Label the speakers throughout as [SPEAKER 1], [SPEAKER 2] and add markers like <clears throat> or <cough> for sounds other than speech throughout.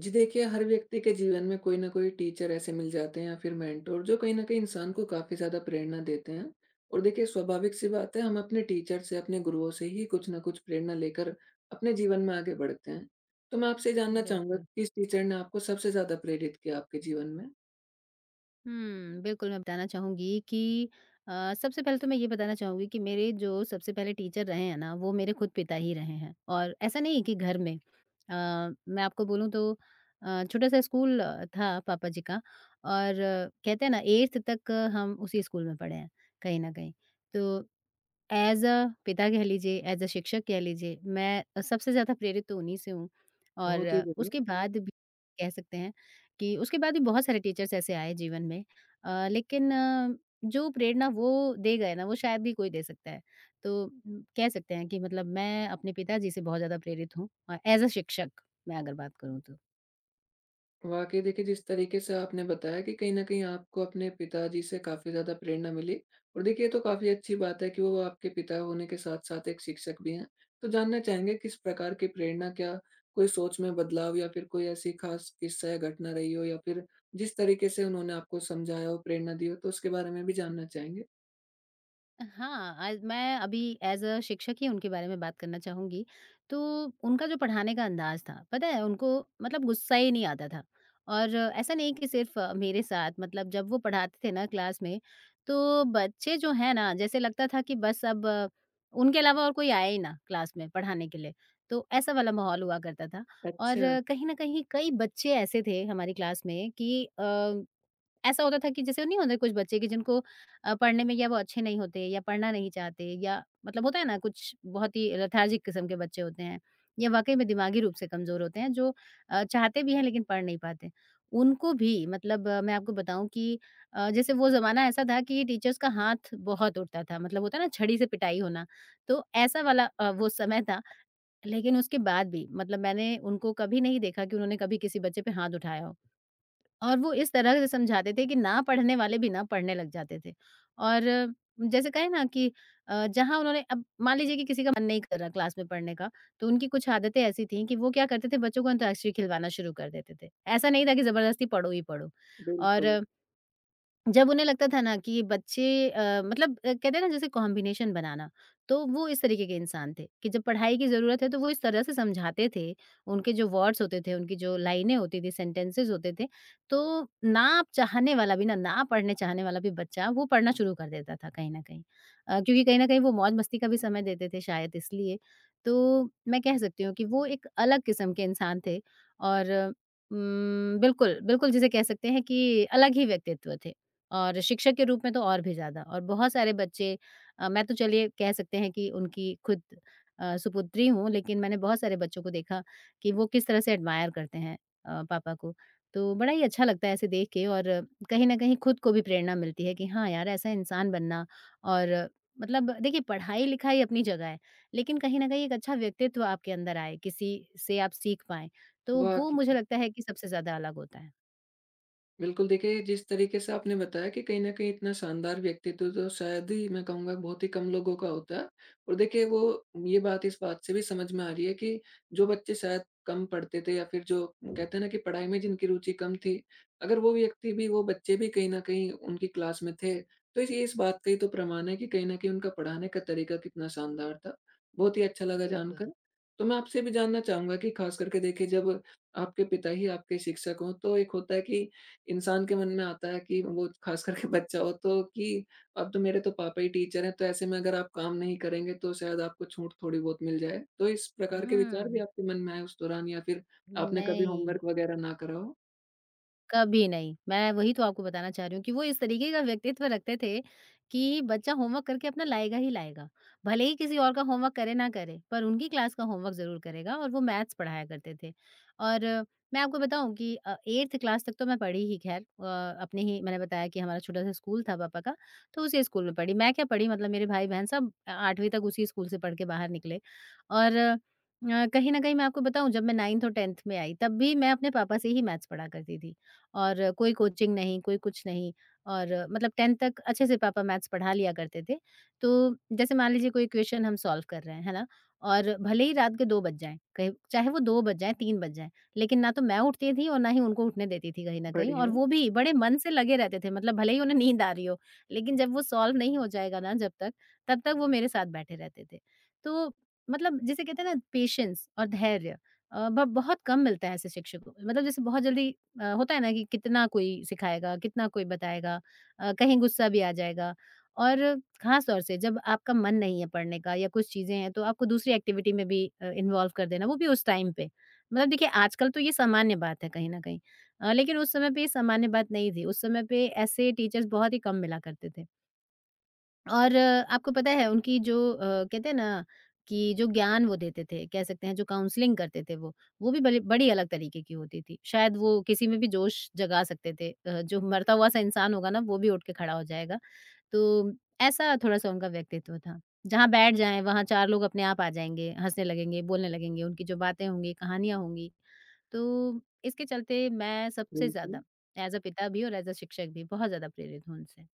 [SPEAKER 1] जी देखिए, हर व्यक्ति के जीवन में कोई न कोई टीचर ऐसे मिल जाते हैं या फिर मेंटर जो कहीं न कहीं इंसान को काफ़ी ज़्यादा प्रेरणा देते हैं। और देखिए, स्वाभाविक-सी बात है, हम अपने टीचर से, अपने गुरुओं से ही कुछ न कुछ प्रेरणा लेकर अपने जीवन में आगे बढ़ते हैं। तो मैं आपसे जानना चाहूँगा,
[SPEAKER 2] बिल्कुल।
[SPEAKER 1] किस टीचर ने आपको सबसे ज़्यादा प्रेरित किया आपके जीवन में?
[SPEAKER 2] बिल्कुल, मैं बताना चाहूँगी कि सबसे पहले तो मैं ये बताना चाहूँगी कि मेरे जो सबसे पहले टीचर रहे हैं ना, वो मेरे खुद पिता ही रहे हैं और ऐसा नहीं है कि घर में मैं आपको बोलूँ तो छोटा-सा स्कूल था पापा जी का और कहते हैं ना 8th तक हम उसी स्कूल में पढ़े हैं, कहीं न कहीं। तो एज़ अ पिता कह लीजिए, एज़ अ शिक्षक कह लीजिए, मैं सबसे ज़्यादा प्रेरित तो उन्हीं से हूँ
[SPEAKER 1] बहुत ही
[SPEAKER 2] और
[SPEAKER 1] बढ़िया।
[SPEAKER 2] उसके बाद भी कह सकते हैं कि उसके बाद भी बहुत सारे टीचर्स ऐसे आए जीवन में लेकिन जो प्रेरणा वो दे गए ना, वो शायद ही कोई दे सकता है। तो कह सकते हैं कि मतलब मैं अपने पिताजी से बहुत ज़्यादा प्रेरित हूँ एज़ अ शिक्षक, मैं अगर बात करूँ तो।
[SPEAKER 1] वाक़ई देखिए, जिस तरीके से आपने बताया कि कहीं न कहीं आपको अपने पिताजी से काफ़ी ज़्यादा प्रेरणा मिली। और देखिए, ये तो काफ़ी अच्छी बात है कि वो आपके पिता होने के साथ-साथ एक शिक्षक भी हैं। तो जानना चाहेंगे, किस प्रकार की प्रेरणा, क्या कोई सोच में बदलाव, या फिर कोई ऐसी ख़ास किस्सा या घटना रही हो, या फिर जिस तरीके से उन्होंने आपको समझाया हो, प्रेरणा दी हो, तो उसके बारे में भी जानना चाहेंगे?
[SPEAKER 2] हाँ, आज मैं अभी एज़ अ शिक्षक ही उनके बारे में बात करना चाहूँगी। तो उनका जो पढ़ाने का अंदाज़ था, पता है उनको मतलब गुस्सा ही नहीं आता था। और ऐसा नहीं कि सिर्फ़ मेरे साथ मतलब जब वो पढ़ाते थे ना क्लास में, तो बच्चे जो हैं ना जैसे लगता था कि बस अब उनके अलावा और कोई आए ही ना क्लास में पढ़ाने के लिए, तो ऐसा वाला माहौल हुआ करता था। और
[SPEAKER 1] अच्छा,
[SPEAKER 2] कहीं न कहीं कई बच्चे ऐसे थे हमारी क्लास में कि ऐसा होता था कि जैसे नहीं होते कुछ बच्चे कि जिनको पढ़ने में या वो अच्छे नहीं होते या पढ़ना नहीं चाहते या मतलब होता है ना कुछ बहुत ही लेथार्जिक किस्म के बच्चे होते हैं या वाकई में दिमागी रूप से कमजोर होते हैं जो चाहते भी हैं लेकिन पढ़ नहीं पाते उनको भी मतलब मैं आपको बताऊं कि जैसे वो जमाना ऐसा था कि टीचर्स का हाथ बहुत उठता था मतलब होता है ना छड़ी से पिटाई होना तो ऐसा वाला वो समय था लेकिन उसके बाद भी मतलब मैंने उनको कभी नहीं देखा कि उन्होंने कभी किसी बच्चे पे हाथ उठाया हो और वो इस तरह से समझाते थे कि ना पढ़ने वाले भी ना पढ़ने लग जाते थे। और जैसे कहें ना कि जहाँ उन्होंने अब मान लीजिए कि किसी का मन नहीं कर रहा क्लास में पढ़ने का, तो उनकी कुछ आदतें ऐसी थीं कि वो क्या करते थे बच्चों को अंताक्षरी खिलवाना शुरू कर देते थे। ऐसा नहीं था कि ज़बरदस्ती पढ़ो ही पढ़ो। और
[SPEAKER 1] बिल्कुल,
[SPEAKER 2] जब उन्हें लगता था ना कि बच्चे मतलब कहते हैं ना जैसे कॉम्बिनेशन बनाना, तो वो इस तरीके के इंसान थे कि जब पढ़ाई की ज़रूरत है तो वो इस तरह से समझाते थे, उनके जो वर्ड्स होते थे, उनकी जो लाइनें होती थी, सेंटेंसेस होते थे, तो ना चाहने वाला भी ना, ना पढ़ने चाहने वाला भी बच्चा वो पढ़ना शुरू कर देता था कहीं न कहीं। क्योंकि कहीं न कहीं वो मौज-मस्ती का भी समय देते थे शायद इसलिए। तो मैं कह सकती हूँ कि वो एक अलग किस्म के इंसान थे और बिल्कुल, बिल्कुल जिसे कह सकते हैं कि अलग ही व्यक्तित्व थे। और शिक्षक के रूप में तो और भी ज़्यादा और बहुत सारे बच्चे मैं तो चलिए कह सकते हैं कि उनकी खुद सुपुत्री हूँ, लेकिन मैंने बहुत सारे बच्चों को देखा कि वो किस तरह से एडमायर करते हैं पापा को। तो बड़ा ही अच्छा लगता है ऐसे देख के और कहीं न कहीं खुद को भी प्रेरणा मिलती है कि हाँ यार, ऐसा इंसान बनना और मतलब देखिए पढ़ाई-लिखाई अपनी जगह है, लेकिन कहीं न कहीं एक अच्छा व्यक्तित्व आपके अंदर आए, किसी से आप सीख पाएँ, तो वो
[SPEAKER 1] वाक़ई।
[SPEAKER 2] मुझे लगता है कि सबसे ज़्यादा अलग होता है।
[SPEAKER 1] बिल्कुल, देखिए, जिस तरीके से आपने बताया कि कहीं न कहीं इतना शानदार व्यक्तित्व तो शायद ही, मैं कहूँगा, बहुत ही कम लोगों का होता है। और देखिए वो, ये बात इस बात से भी समझ में आ रही है कि जो बच्चे शायद कम पढ़ते थे या फिर जो कहते हैं ना कि पढ़ाई में जिनकी रुचि कम थी, अगर वो व्यक्ति भी, वो बच्चे भी कहीं न कहीं उनकी क्लास में थे, तो ये इस बात का ही तो प्रमाण है कि कहीं न कहीं उनका पढ़ाने का तरीका कितना शानदार था। बहुत ही अच्छा लगा
[SPEAKER 2] बिल्कुल।
[SPEAKER 1] जानकर। तो मैं आपसे भी जानना चाहूँगा कि ख़ास करके देखिए, जब आपके पिता ही आपके शिक्षक हों, तो एक होता है कि इंसान के मन में आता है कि वो, खास करके बच्चा हो, तो कि अब तो मेरे तो पापा ही टीचर हैं, तो ऐसे में अगर आप काम नहीं करेंगे तो शायद आपको छूट थोड़ी बहुत मिल जाए। तो इस प्रकार के विचार भी
[SPEAKER 2] हुँ।
[SPEAKER 1] आपके मन में आए उस दौरान, या फिर आपने कभी
[SPEAKER 2] नहीं।
[SPEAKER 1] होमवर्क वगैरह ना करा हो?
[SPEAKER 2] कभी नहीं। मैं वही तो आपको बताना चाह रही हूँ कि वो इस तरीके का व्यक्तित्व रखते थे कि बच्चा होमवर्क करके अपना लाएगा ही लाएगा। भले ही किसी और का होमवर्क करे ना करे, पर उनकी क्लास का होमवर्क ज़रूर करेगा और वो मैथ्स पढ़ाया करते थे। और मैं आपको बताऊँ कि 8th क्लास तक तो मैं पढ़ी ही खैर अपने ही मैंने बताया कि हमारा छोटा-सा स्कूल था पापा का, तो उसी स्कूल में पढ़ी। मैं क्या पढ़ी मतलब मेरे भाई-बहन सब 8वीं तक उसी स्कूल से पढ़ के बाहर निकले। और कहीं न कहीं मैं आपको बताऊँ जब मैं 9th और 10th में आई, तब भी मैं अपने पापा से ही मैथ्स पढ़ा करती थी। और कोई कोचिंग नहीं, कोई कुछ नहीं और मतलब 10th तक अच्छे से पापा मैथ्स पढ़ा लिया करते थे। तो जैसे मान लीजिए कोई इक्वेशन हम सॉल्व कर रहे हैं, है ना? और भले ही रात के 2 बज जाएँ, कहीं चाहे वो 2 बज जाएँ, 3 बज जाएँ, लेकिन ना तो मैं उठती थी और ना ही उनको उठने देती थी कहीं न कहीं और
[SPEAKER 1] बढ़िया,
[SPEAKER 2] वो भी बड़े मन से लगे रहते थे। मतलब भले ही उन्हें नींद आ रही हो, लेकिन जब वो सॉल्व नहीं हो जाएगा ना जब तक, तब तक वो मेरे साथ बैठे रहते थे। तो मतलब जिसे कहते हैं ना पेशेंस और धैर्य अ, ब बहुत कम मिलता है ऐसे शिक्षकों को। मतलब जैसे बहुत जल्दी होता है ना कि कितना कोई सिखाएगा, कितना कोई बताएगा कहीं गुस्सा भी आ जाएगा। और ख़ास तौर से जब आपका मन नहीं है पढ़ने का या कुछ चीज़ें हैं, तो आपको दूसरी एक्टिविटी में भी इन्वॉल्व कर देना, वो भी उस टाइम पे। मतलब देखिए आजकल तो ये सामान्य बात है कहीं न कहीं लेकिन उस समय पे ये सामान्य बात नहीं थी। उस समय पे ऐसे टीचर्स बहुत ही कम मिला करते थे। और आपको पता है उनकी जो कहते हैं ना कि जो ज्ञान वो देते थे, कह सकते हैं जो काउंसलिंग करते थे वो भी बड़ी बड़ी अलग तरीके की होती थी। शायद वो किसी में भी जोश जगा सकते थे जो मरता हुआ-सा इंसान होगा ना वो भी उठ के खड़ा हो जाएगा। तो ऐसा थोड़ा-सा उनका व्यक्तित्व था। जहाँ बैठ जाएँ वहाँ 4 लोग अपने आप आ जाएँगे, हँसने लगेंगे, बोलने लगेंगे, उनकी जो बातें होंगी, कहानियाँ होंगी। तो इसके चलते मैं सबसे
[SPEAKER 1] बिल्कुल।
[SPEAKER 2] ज़्यादा एज़ अ पिता भी और एज़ अ शिक्षक भी बहुत ज़्यादा प्रेरित हूँ उनसे।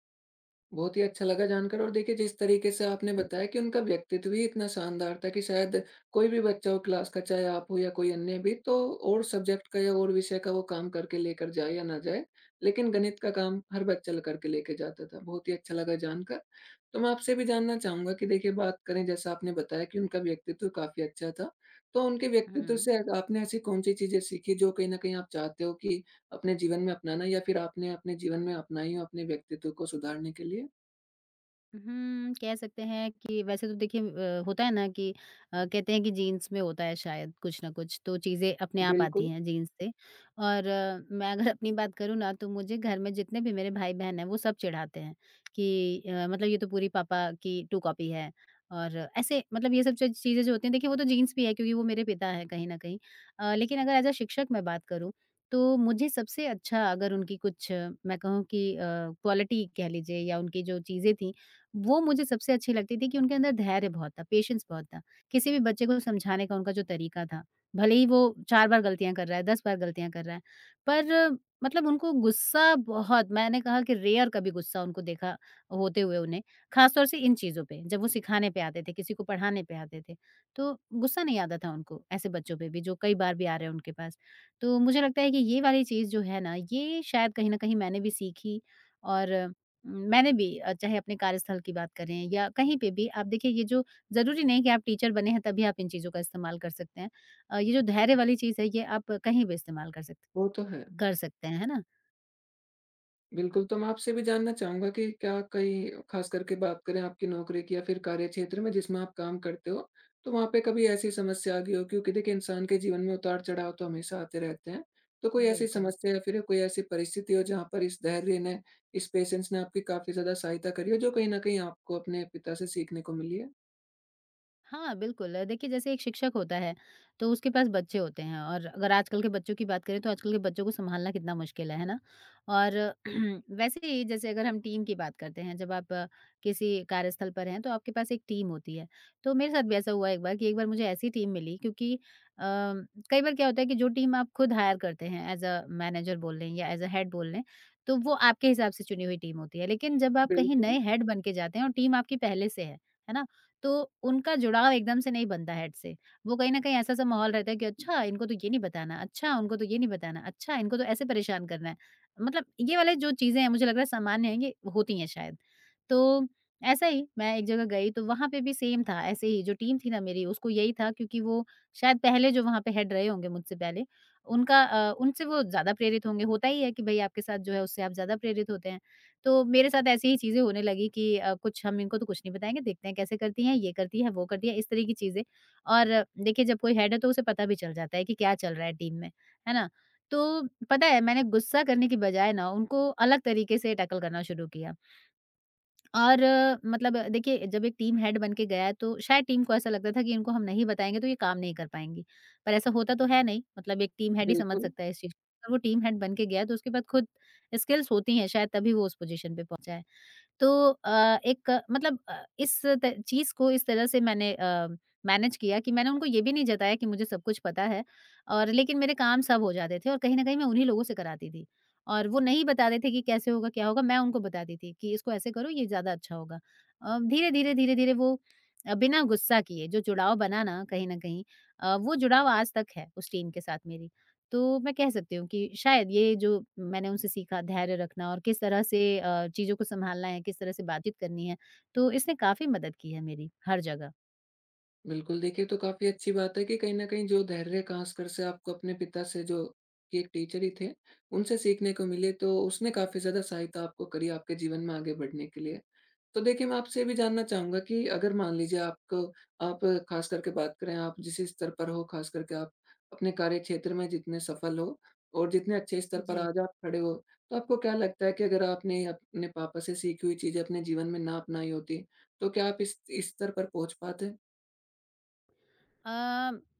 [SPEAKER 1] बहुत ही अच्छा लगा जानकर। और देखिए, जिस तरीके से आपने बताया कि उनका व्यक्तित्व ही इतना शानदार था कि शायद कोई भी बच्चा हो क्लास का, चाहे आप हो या कोई अन्य भी, तो और सब्जेक्ट का या और विषय का वो काम करके लेकर जाए या ना जाए, लेकिन गणित का काम हर बच्चा करके लेके जाता था। बहुत ही अच्छा लगा जानकर। तो मैं आपसे भी जानना चाहूंगा कि देखिए, बात करें, जैसा आपने बताया कि उनका व्यक्तित्व काफी अच्छा था, तो उनके व्यक्तित्व
[SPEAKER 2] हुँ।
[SPEAKER 1] से आपने ऐसी कौन सी चीजें सीखी जो कहीं ना कहीं आप चाहते हो कि अपने जीवन में अपनाना, या फिर आपने अपने जीवन में अपनाई हो अपने व्यक्तित्व को सुधारने के लिए?
[SPEAKER 2] कह सकते हैं कि वैसे तो देखिए होता है ना कि कहते हैं कि जीन्स में होता है शायद कुछ ना कुछ, तो चीज़ें अपने आप आती
[SPEAKER 1] बिल्कुल,
[SPEAKER 2] हैं जीन्स से। और मैं अगर अपनी बात करूँ ना तो मुझे घर में जितने भी मेरे भाई-बहन हैं वो सब चिढ़ाते हैं कि मतलब ये तो पूरी पापा की टू कॉपी है। और ऐसे मतलब ये सब च चीज़ें जो होती हैं देखिए वो तो जीन्स भी है क्योंकि वो मेरे पिता हैं कहीं न कहीं। लेकिन अगर एज़ अ शिक्षक मैं बात करूँ तो मुझे सबसे अच्छा अगर उनकी कुछ मैं कहूँ कि क्वालिटी कह लीजिए या उनकी जो चीज़ें थी वो मुझे सबसे अच्छी लगती थी कि उनके अंदर धैर्य बहुत था, पेशेंस बहुत था। किसी भी बच्चे को समझाने का उनका जो तरीका था, भले ही वो 4 बार गलतियाँ कर रहा है, 10 बार गलतियाँ कर रहा है, पर मतलब उनको गुस्सा बहुत मैंने कहा कि रेयर कभी गुस्सा उनको देखा होते हुए उन्हें, ख़ासतौर से इन चीज़ों पे, जब वो सिखाने पे आते थे, किसी को पढ़ाने पे आते थे। तो गुस्सा नहीं आता था उनको, ऐसे बच्चों पे भी जो कई बार भी आ रहे हैं उनके पास। तो मुझे लगता है कि ये वाली चीज़ जो है ना, ये शायद कहीं न कहीं मैंने भी सीखी और मैंने भी चाहे अपने कार्यस्थल की बात करें या कहीं पे भी आप देखिए ये जो ज़रूरी नहीं कि आप टीचर बने हैं तभी आप इन चीज़ों का इस्तेमाल कर सकते हैं। ये जो धैर्य वाली चीज़ है ये आप कहीं भी इस्तेमाल
[SPEAKER 1] वो तो है।
[SPEAKER 2] कर सकते हैं, है ना?
[SPEAKER 1] बिल्कुल, तो मैं आपसे भी जानना चाहूँगा कि क्या कहीं, ख़ास करके बात करें आपकी नौकरी की या फिर कार्यक्षेत्र में जिसमें आप काम करते हो, तो वहाँ पे कभी ऐसी समस्या आ गई हो? क्योंकि देखिए, इंसान के जीवन में उतार-चढ़ाव तो हमेशा आते रहते हैं। तो कोई ऐसी
[SPEAKER 2] बिल्कुल।
[SPEAKER 1] समस्या या फिर कोई ऐसी परिस्थिति हो जहाँ पर इस धैर्य ने, इस पेशेंस ने आपकी काफ़ी ज़्यादा सहायता करी हो, जो कहीं न कहीं आपको अपने पिता से सीखने को मिली है?
[SPEAKER 2] हाँ, बिल्कुल। देखिए जैसे एक शिक्षक होता है, तो उसके पास बच्चे होते हैं और अगर आजकल के बच्चों की बात करें तो आजकल के बच्चों को सँभालना कितना मुश्किल है ना? और <clears throat> वैसे ही जैसे अगर हम टीम की बात करते हैं, जब आप किसी कार्यस्थल पर हैं तो आपके पास एक टीम होती है। तो मेरे साथ भी ऐसा हुआ एक बार कि एक बार मुझे ऐसी टीम मिली क्योंकि कई बार क्या होता है कि जो टीम आप खुद हायर करते हैं एज़ अ मैनेजर बोल लें या एज़ अ हेड बोल लें, तो वो आपके हिसाब से चुनी हुई टीम होती है। लेकिन जब आप कहीं
[SPEAKER 1] बिल्कुल,
[SPEAKER 2] नए हेड बन के जाते हैं और टीम आपकी पहले से है ना? तो उनका जुड़ाव एकदम से नहीं बनता है हेड से। वो कहीं न कहीं ऐसा-सा माहौल रहता है कि अच्छा इनको तो ये नहीं बताना, अच्छा उनको तो ये नहीं बताना, अच्छा इनको तो ऐसे परेशान करना है। मतलब ये वाले जो चीज़ें हैं मुझे लग रहा है सामान्य हैं, ये होती हैं शायद। तो ऐसा ही मैं एक जगह गई तो वहाँ पे भी सेम था, ऐसे ही जो टीम थी ना मेरी, उसको यही था क्योंकि वो शायद पहले जो वहाँ पे हेड रहे होंगे मुझसे पहले, उनका उनसे वो ज़्यादा प्रेरित होंगे। होता ही है कि भई आपके साथ जो है उससे आप ज़्यादा प्रेरित होते हैं। तो मेरे साथ ऐसी ही चीज़ें होने लगी कि कुछ हम इनको तो कुछ नहीं बताएँगे, देखते हैं कैसे करती हैं, ये करती है, वो करती है, इस तरह की चीज़ें। और देखिए, जब कोई हेड है तो उसे पता भी चल जाता है कि क्या चल रहा है टीम में, है ना? तो पता है, मैंने गुस्सा करने की बजाय ना उनको अलग तरीके से टैकल करना शुरू किया। और मतलब देखिए, जब एक टीम हेड बन के गया है तो शायद टीम को ऐसा लगता था कि इनको हम नहीं बताएँगे तो ये काम नहीं कर पाएँगी। पर ऐसा होता तो है नहीं, मतलब एक टीम हेड ही समझ
[SPEAKER 1] बिल्कुल।
[SPEAKER 2] सकता है इस चीज़ को। अगर वो टीम हेड बन के गया है तो उसके पास खुद स्किल्स होती हैं, शायद तभी वो उस पोज़ीशन पे पहुँचा है। तो एक मतलब इस त चीज़ को इस तरह से मैंने मैनेज किया कि मैंने उनको ये भी नहीं जताया कि मुझे सब कुछ पता है। और लेकिन मेरे काम सब हो जाते थे और कहीं न कहीं मैं उन्हीं लोगों से कराती थी। और वो नहीं बताते थे कि कैसे होगा, क्या होगा, मैं उनको बताती थी कि इसको ऐसे करो, ये ज़्यादा अच्छा होगा। धीरे-धीरे, धीरे-धीरे वो बिना गुस्सा किए जो जुड़ाव बना ना, कहीं न कहीं वो जुड़ाव आज तक है उस टीम के साथ मेरी। तो मैं कह सकती हूँ कि शायद ये जो मैंने उनसे सीखा धैर्य रखना और किस तरह से चीज़ों को सँभालना है, किस तरह से बातचीत करनी है, तो इसने काफ़ी मदद की है मेरी हर जगह।
[SPEAKER 1] बिल्कुल, देखिए, तो काफ़ी अच्छी बात है कि कहीं न कहीं जो धैर्य का आँच कर से आपको अपने पिता से, जो कि एक टीचर ही थे, उनसे सीखने को मिले, तो उसने काफ़ी ज़्यादा सहायता आपको करी आपके जीवन में आगे बढ़ने के लिए। तो देखिए, मैं आपसे ये भी जानना चाहूँगा कि अगर मान लीजिए आपको, आप, ख़ास करके बात करें, आप जिस स्तर पर हो, ख़ास करके आप अपने कार्यक्षेत्र में जितने सफल हो और जितने अच्छे स्तर पर
[SPEAKER 2] जी।
[SPEAKER 1] आज आप खड़े हो, तो आपको क्या लगता है कि अगर आपने अपने पापा से सीखी हुई चीज़ें अपने जीवन में ना अपनाई होती, तो क्या आप इस स्तर पर पहुँच पाते?
[SPEAKER 2] अ,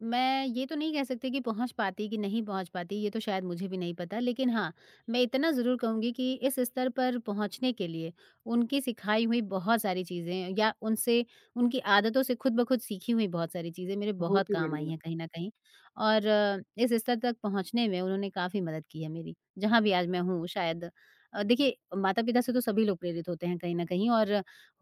[SPEAKER 2] मैं ये तो नहीं कह सकती कि पहुंच पाती कि नहीं पहुंच पाती, ये तो शायद मुझे भी नहीं पता, लेकिन हाँ मैं इतना ज़रूर कहूंगी कि इस स्तर पर पहुंचने के लिए उनकी सिखाई हुई बहुत सारी चीज़ें या उनसे उनकी आदतों से खुद ब खुद सीखी हुई बहुत सारी चीज़ें मेरे
[SPEAKER 1] बहुत
[SPEAKER 2] बहुत
[SPEAKER 1] ही
[SPEAKER 2] काम आई
[SPEAKER 1] बढ़िया।
[SPEAKER 2] हैं कहीं ना कहीं। और इस स्तर तक पहुंचने में उन्होंने काफ़ी मदद की है, मेरी जहाँ भी आज मैं हूँ शायद। देखिए, माता पिता से तो सभी लोग प्रेरित होते हैं कहीं ना कहीं और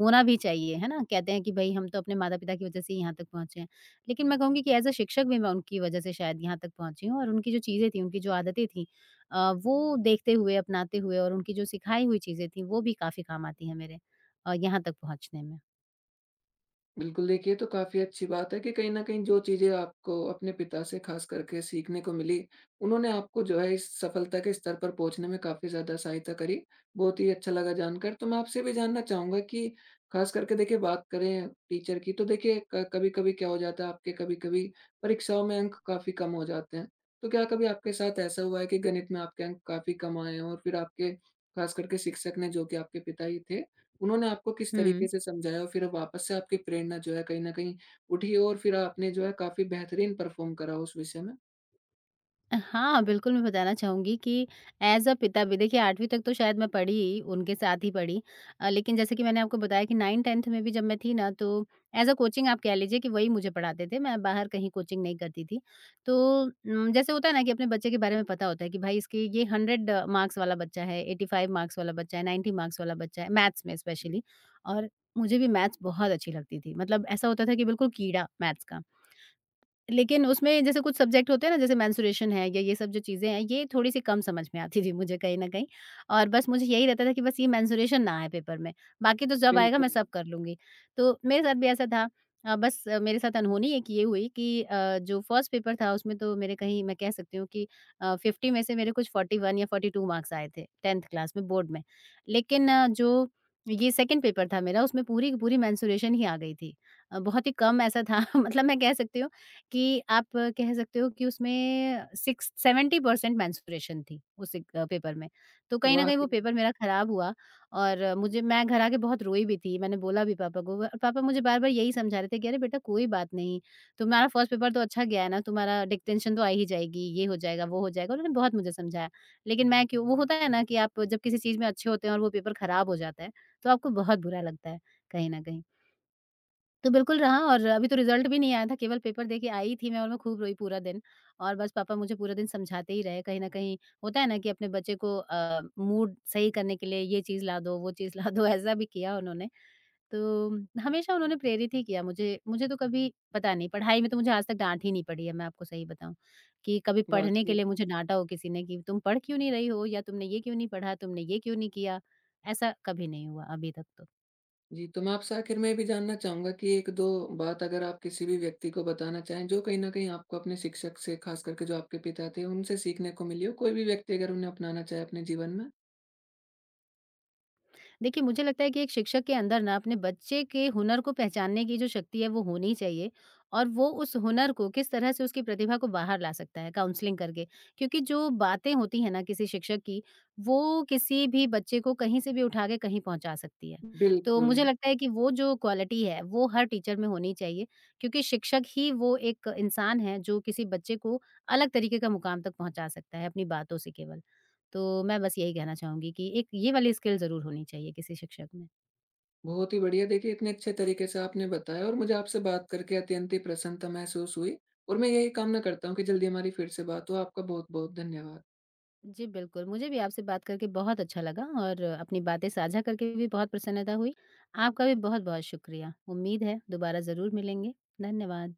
[SPEAKER 2] होना भी चाहिए, है ना? कहते हैं कि भाई हम तो अपने माता पिता की वजह से ही यहाँ तक पहुँचे हैं। लेकिन मैं कहूँगी कि एज़ अ शिक्षक भी मैं उनकी वज़ह से शायद यहाँ तक पहुँची हूँ और उनकी जो चीज़ें थी, उनकी जो आदतें थीं, वो देखते हुए, अपनाते हुए और उनकी जो सिखाई हुई चीज़ें थीं, वो भी काफ़ी काम आती हैं मेरे यहाँ तक पहुँचने में।
[SPEAKER 1] बिल्कुल, देखिए, ये तो काफ़ी अच्छी बात है कि कहीं न कहीं जो चीज़ें आपको अपने पिता से ख़ास करके सीखने को मिली, उन्होंने आपको जो है इस सफलता के स्तर पर पहुँचने में काफ़ी ज़्यादा सहायता करी। बहुत ही अच्छा लगा जानकर। तो मैं आपसे भी जानना चाहूँगा कि ख़ास करके देखिए, बात करें टीचर की, तो देखिए, क कभी-कभी क्या हो जाता है आपके, कभी-कभी परीक्षाओं में अंक काफ़ी कम हो जाते हैं। तो क्या कभी आपके साथ ऐसा हुआ है कि गणित में आपके अंक काफ़ी कम आए हों, और फिर आपके ख़ास करके शिक्षक ने, जो कि आपके पिता ही थे, उन्होंने आपको किस तरीके
[SPEAKER 2] हुँ।
[SPEAKER 1] से समझाया, और फिर वापस से आपकी प्रेरणा जो है कहीं न कहीं उठी, और फिर आपने जो है काफ़ी बेहतरीन परफ़ॉर्म करा उस विषय में?
[SPEAKER 2] हाँ, बिल्कुल, मैं बताना चाहूँगी कि ऐज़ अ पिता भी देखिए, 8वीं तक तो शायद मैं पढ़ी ही, उनके साथ ही पढ़ी। लेकिन जैसे कि मैंने आपको बताया कि 9-10th में भी जब मैं थी ना, तो ऐज़ अ कोचिंग आप कह लीजिए कि वही मुझे पढ़ाते थे, मैं बाहर कहीं कोचिंग नहीं करती थी। तो जैसे होता है ना कि अपने बच्चे के बारे में पता होता है कि भाई इसके ये 100 मार्क्स वाला बच्चा है, 85 मार्क्स वाला बच्चा है, 90 मार्क्स वाला बच्चा है, मैथ्स में स्पेशली। और मुझे भी मैथ्स बहुत अच्छी लगती थी। मतलब ऐसा होता था कि बिल्कुल कीड़ा मैथ्स का। लेकिन उसमें जैसे कुछ सब्जेक्ट होते हैं ना, जैसे मेंस्ट्रुएशन है या ये सब जो चीज़ें हैं, ये थोड़ी-सी कम समझ में आती थी मुझे कहीं न कहीं। और बस मुझे यही रहता था कि बस ये मेंस्ट्रुएशन ना आए पेपर में, बाकी तो जब आएगा मैं
[SPEAKER 1] बिल्कुल।
[SPEAKER 2] सब कर लूँगी। तो मेरे साथ भी ऐसा था, बस मेरे साथ अनहोनी एक ये हुई कि जो फर्स्ट पेपर था उसमें तो मेरे कहीं मैं कह सकती हूँ कि 50 में से मेरे कुछ 41 या 42 मार्क्स आए थे 10th क्लास में बोर्ड में। लेकिन जो ये सेकंड पेपर था मेरा, उसमें पूरी की पूरी मेंस्ट्रुएशन ही आ गई थी। बहुत ही कम ऐसा था <laughs> मतलब मैं कह सकती हूँ कि आप कह सकते हो कि उसमें 6 70% मेंस्ट्रुएशन थी उस एक पेपर में। तो कहीं न कहीं
[SPEAKER 1] वाक़ई
[SPEAKER 2] वो
[SPEAKER 1] में,
[SPEAKER 2] पेपर मेरा खराब हुआ और अ, मुझे मैं घर आके बहुत रोई भी थी। मैंने बोला भी पापा को और पापा मुझे बार-बार यही समझा रहे थे कि, "अरे बेटा कोई बात नहीं, तुम्हारा फर्स्ट पेपर तो अच्छा गया है ना, तुम्हारा डिक्टेंशन तो आ ही जाएगी, ये हो जाएगा, वो हो जाएगा।" उन्होंने बहुत मुझे समझाया। लेकिन मैं क्यों वो होता है ना कि आप जब किसी चीज़ में अच्छे होते हैं और वो पेपर खराब हो जाता है, तो आपको बहुत बुरा लगता है, कहीं न कहीं। तो बिल्कुल रहा और अभी तो रिज़ल्ट भी नहीं आया था, केवल पेपर दे के आई थी मैं और मैं खूब रोई पूरा दिन और बस पापा मुझे पूरा दिन समझाते ही रहे। कहीं न कहीं होता है ना कि अपने बच्चे को मूड सही करने के लिए ये चीज़ ला दो, वो चीज़ ला दो, ऐसा भी किया उन्होंने। तो हमेशा उन्होंने प्रेरित ही किया मुझे। मुझे तो कभी पता नहीं, पढ़ाई में तो मुझे आज तक डाँट ही नहीं पड़ी है, मैं आपको सही बताऊँ कि कभी पढ़ने
[SPEAKER 1] वाक़ई
[SPEAKER 2] के
[SPEAKER 1] में।
[SPEAKER 2] लिए मुझे डाँटा हो किसी ने कि तुम पढ़ क्यों नहीं रही हो या तुमने ये क्यों नहीं पढ़ा, तुमने ये क्यों नहीं किया, ऐसा कभी नहीं हुआ अभी तक तो।
[SPEAKER 1] जी, तो मैं आपसे आखिर में ये भी जानना चाहूँगा कि 1-2 बात, अगर आप किसी भी व्यक्ति को बताना चाहें, जो कहीं न कहीं आपको अपने शिक्षक से, ख़ास करके जो आपके पिता थे, उनसे सीखने को मिली हो, कोई भी व्यक्ति अगर उन्हें अपनाना चाहे अपने जीवन में?
[SPEAKER 2] देखिए, मुझे लगता है कि एक शिक्षक के अंदर ना अपने बच्चे के हुनर को पहचानने की जो शक्ति है वो होनी चाहिए और वो उस हुनर को किस तरह से उसकी प्रतिभा को बाहर ला सकता है काउंसलिंग करके। क्योंकि जो बातें होती है ना किसी शिक्षक की, वो किसी भी बच्चे को कहीं से भी उठा के कहीं पहुंचा सकती है। तो
[SPEAKER 1] बिल्कुल।
[SPEAKER 2] मुझे लगता है कि वो जो क्वालिटी है वो हर टीचर में होनी चाहिए, क्योंकि शिक्षक ही वो एक इंसान है जो किसी बच्चे को अलग तरीके का मुकाम तक पहुंचा सकता है अपनी बातों से केवल। तो मैं बस यही कहना चाहूँगी कि एक ये वाली स्किल ज़रूर होनी चाहिए किसी शिक्षक में।
[SPEAKER 1] बहुत ही बढ़िया। देखिए, इतने अच्छे तरीके से आपने बताया, और मुझे आपसे बात करके अत्यंत ही प्रसन्नता महसूस हुई, और मैं यही कामना करता हूँ कि जल्दी हमारी फिर से बात हो। आपका बहुत-बहुत धन्यवाद।
[SPEAKER 2] जी, बिल्कुल, मुझे भी आपसे बात करके बहुत अच्छा लगा और अपनी बातें साझा करके भी बहुत प्रसन्नता हुई। आपका भी बहुत-बहुत शुक्रिया। उम्मीद है दोबारा ज़रूर मिलेंगे। धन्यवाद।